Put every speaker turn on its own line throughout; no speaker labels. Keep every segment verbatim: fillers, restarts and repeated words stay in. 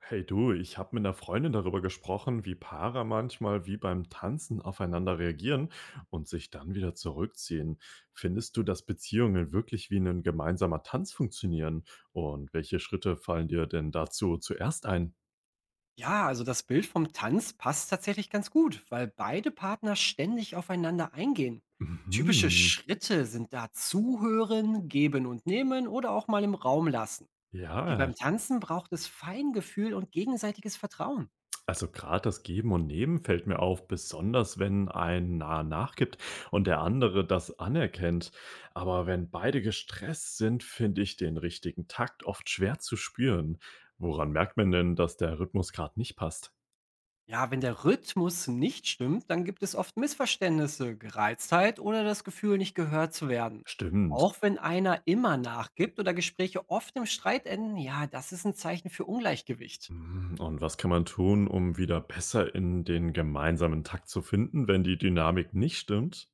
Hey du, ich habe mit einer Freundin darüber gesprochen, wie Paare manchmal wie beim Tanzen aufeinander reagieren und sich dann wieder zurückziehen. Findest du, dass Beziehungen wirklich wie ein gemeinsamer Tanz funktionieren? Und welche Schritte fallen dir denn dazu zuerst ein?
Ja, also das Bild vom Tanz passt tatsächlich ganz gut, weil beide Partner ständig aufeinander eingehen. Typische
Mhm.
Schritte sind da zuhören, geben und nehmen oder auch mal im Raum lassen. Wie
Ja.
beim Tanzen braucht es Feingefühl und gegenseitiges Vertrauen.
Also gerade das Geben und Nehmen fällt mir auf, besonders wenn ein nah nachgibt und der andere das anerkennt. Aber wenn beide gestresst sind, finde ich den richtigen Takt oft schwer zu spüren. Woran merkt man denn, dass der Rhythmus gerade nicht passt?
Ja, wenn der Rhythmus nicht stimmt, dann gibt es oft Missverständnisse, Gereiztheit oder das Gefühl, nicht gehört zu werden.
Stimmt.
Auch wenn einer immer nachgibt oder Gespräche oft im Streit enden, ja, das ist ein Zeichen für Ungleichgewicht.
Mm. Und was kann man tun, um wieder besser in den gemeinsamen Takt zu finden, wenn die Dynamik nicht stimmt?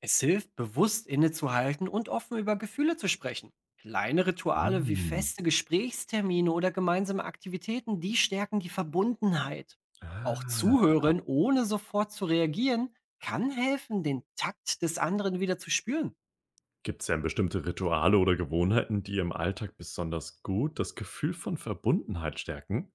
Es hilft, bewusst innezuhalten und offen über Gefühle zu sprechen. Kleine Rituale wie
Hm.
feste Gesprächstermine oder gemeinsame Aktivitäten, die stärken die Verbundenheit. Auch
Ah.
zuhören, ohne sofort zu reagieren, kann helfen, den Takt des anderen wieder zu spüren.
Gibt es denn bestimmte Rituale oder Gewohnheiten, die im Alltag besonders gut das Gefühl von Verbundenheit stärken?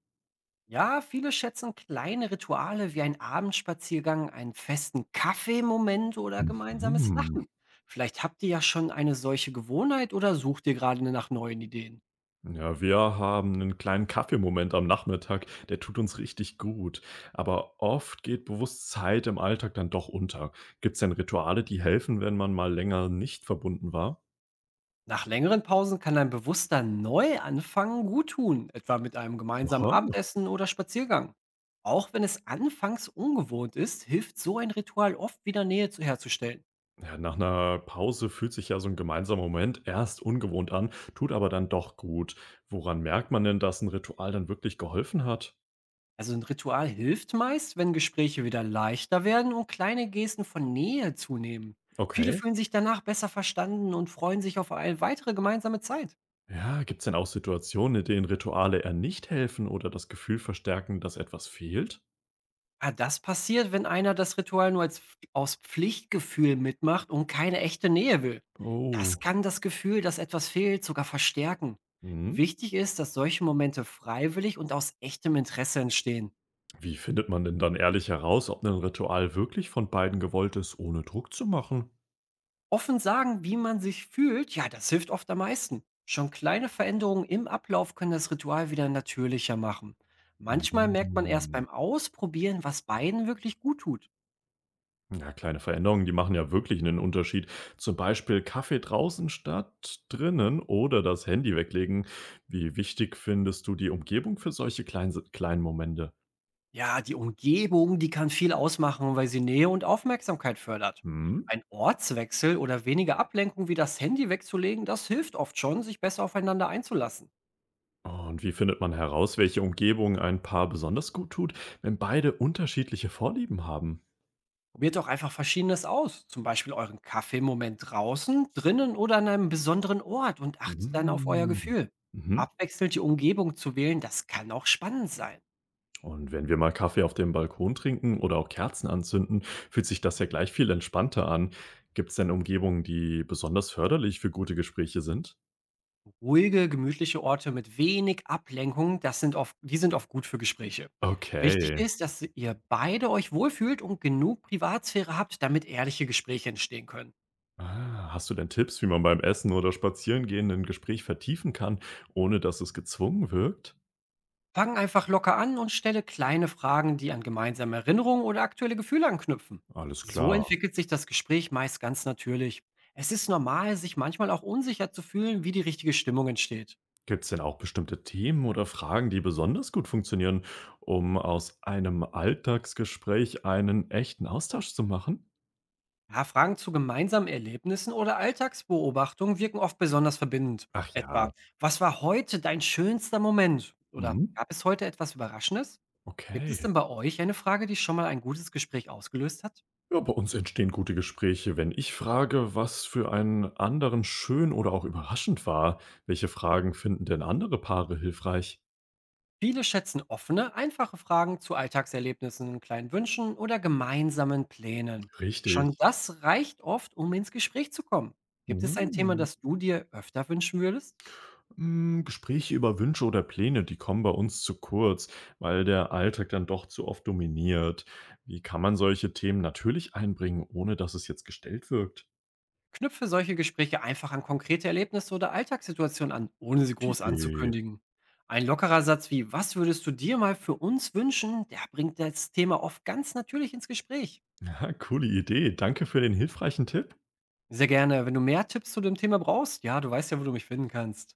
Ja, viele schätzen kleine Rituale wie ein Abendspaziergang, einen festen Kaffeemoment oder gemeinsames
Mhm.
Lachen. Vielleicht habt ihr ja schon eine solche Gewohnheit oder sucht ihr gerade nach neuen Ideen.
Ja, wir haben einen kleinen Kaffeemoment am Nachmittag, der tut uns richtig gut. Aber oft geht bewusst Zeit im Alltag dann doch unter. Gibt es denn Rituale, die helfen, wenn man mal länger nicht verbunden war?
Nach längeren Pausen kann ein bewusster Neuanfang gut tun, etwa mit einem gemeinsamen
Aha.
Abendessen oder Spaziergang. Auch wenn es anfangs ungewohnt ist, hilft so ein Ritual oft wieder Nähe zu- herzustellen.
Ja, nach einer Pause fühlt sich ja so ein gemeinsamer Moment erst ungewohnt an, tut aber dann doch gut. Woran merkt man denn, dass ein Ritual dann wirklich geholfen hat?
Also ein Ritual hilft meist, wenn Gespräche wieder leichter werden und kleine Gesten von Nähe zunehmen. Viele
Okay.
fühlen sich danach besser verstanden und freuen sich auf eine weitere gemeinsame Zeit.
Ja, gibt's denn auch Situationen, in denen Rituale eher nicht helfen oder das Gefühl verstärken, dass etwas fehlt?
Ah, das passiert, wenn einer das Ritual nur als Pf aus Pflichtgefühl mitmacht und keine echte Nähe will. Das
Oh.
kann das Gefühl, dass etwas fehlt, sogar verstärken.
Mhm.
Wichtig ist, dass solche Momente freiwillig und aus echtem Interesse entstehen.
Wie findet man denn dann ehrlich heraus, ob ein Ritual wirklich von beiden gewollt ist, ohne Druck zu machen?
Offen sagen, wie man sich fühlt, ja, das hilft oft am meisten. Schon kleine Veränderungen im Ablauf können das Ritual wieder natürlicher machen. Manchmal merkt man erst
Mhm.
beim Ausprobieren, was beiden wirklich gut tut.
Ja, kleine Veränderungen, die machen ja wirklich einen Unterschied. Zum Beispiel Kaffee draußen statt drinnen oder das Handy weglegen. Wie wichtig findest du die Umgebung für solche kleinen, kleinen Momente?
Ja, die Umgebung, die kann viel ausmachen, weil sie Nähe und Aufmerksamkeit fördert.
Hm?
Ein Ortswechsel oder weniger Ablenkung wie das Handy wegzulegen, das hilft oft schon, sich besser aufeinander einzulassen.
Und wie findet man heraus, welche Umgebung ein Paar besonders gut tut, wenn beide unterschiedliche Vorlieben haben?
Probiert doch einfach Verschiedenes aus, zum Beispiel euren Kaffeemoment draußen, drinnen oder an einem besonderen Ort, und achtet dann auf euer
Mm.
Gefühl.
Mhm.
Abwechselnd die Umgebung zu wählen, das kann auch spannend sein.
Und wenn wir mal Kaffee auf dem Balkon trinken oder auch Kerzen anzünden, fühlt sich das ja gleich viel entspannter an. Gibt es denn Umgebungen, die besonders förderlich für gute Gespräche sind?
Ruhige, gemütliche Orte mit wenig Ablenkung, das sind oft die sind oft gut für Gespräche. Wichtig
Okay.
ist, dass ihr beide euch wohlfühlt und genug Privatsphäre habt, damit ehrliche Gespräche entstehen können.
Ah, hast du denn Tipps, wie man beim Essen oder Spazierengehen ein Gespräch vertiefen kann, ohne dass es gezwungen wirkt?
Fang einfach locker an und stelle kleine Fragen, die an gemeinsame Erinnerungen oder aktuelle Gefühle anknüpfen.
Alles
So
klar.
entwickelt sich das Gespräch meist ganz natürlich. Es ist normal, sich manchmal auch unsicher zu fühlen, wie die richtige Stimmung entsteht.
Gibt es denn auch bestimmte Themen oder Fragen, die besonders gut funktionieren, um aus einem Alltagsgespräch einen echten Austausch zu machen?
Ja, Fragen zu gemeinsamen Erlebnissen oder Alltagsbeobachtungen wirken oft besonders verbindend.
Ach ja.
Etwa, was war heute dein schönster Moment? Oder
Mhm.
gab es heute etwas Überraschendes? Gibt es
Okay.
denn bei euch eine Frage, die schon mal ein gutes Gespräch ausgelöst hat?
Ja, bei uns entstehen gute Gespräche, wenn ich frage, was für einen anderen schön oder auch überraschend war. Welche Fragen finden denn andere Paare hilfreich?
Viele schätzen offene, einfache Fragen zu Alltagserlebnissen, kleinen Wünschen oder gemeinsamen Plänen.
Richtig.
Schon das reicht oft, um ins Gespräch zu kommen. Gibt es ein Thema,
Mhm.
das du dir öfter wünschen würdest?
Hm, Gespräche über Wünsche oder Pläne, die kommen bei uns zu kurz, weil der Alltag dann doch zu oft dominiert. Wie kann man solche Themen natürlich einbringen, ohne dass es jetzt gestellt wirkt?
Knüpfe solche Gespräche einfach an konkrete Erlebnisse oder Alltagssituationen an, ohne sie
Gute
groß
Idee.
anzukündigen. Ein lockerer Satz wie „Was würdest du dir mal für uns wünschen?" der bringt das Thema oft ganz natürlich ins Gespräch.
Ja, coole Idee. Danke für den hilfreichen Tipp.
Sehr gerne, wenn du mehr Tipps zu dem Thema brauchst, ja, du weißt ja, wo du mich finden kannst.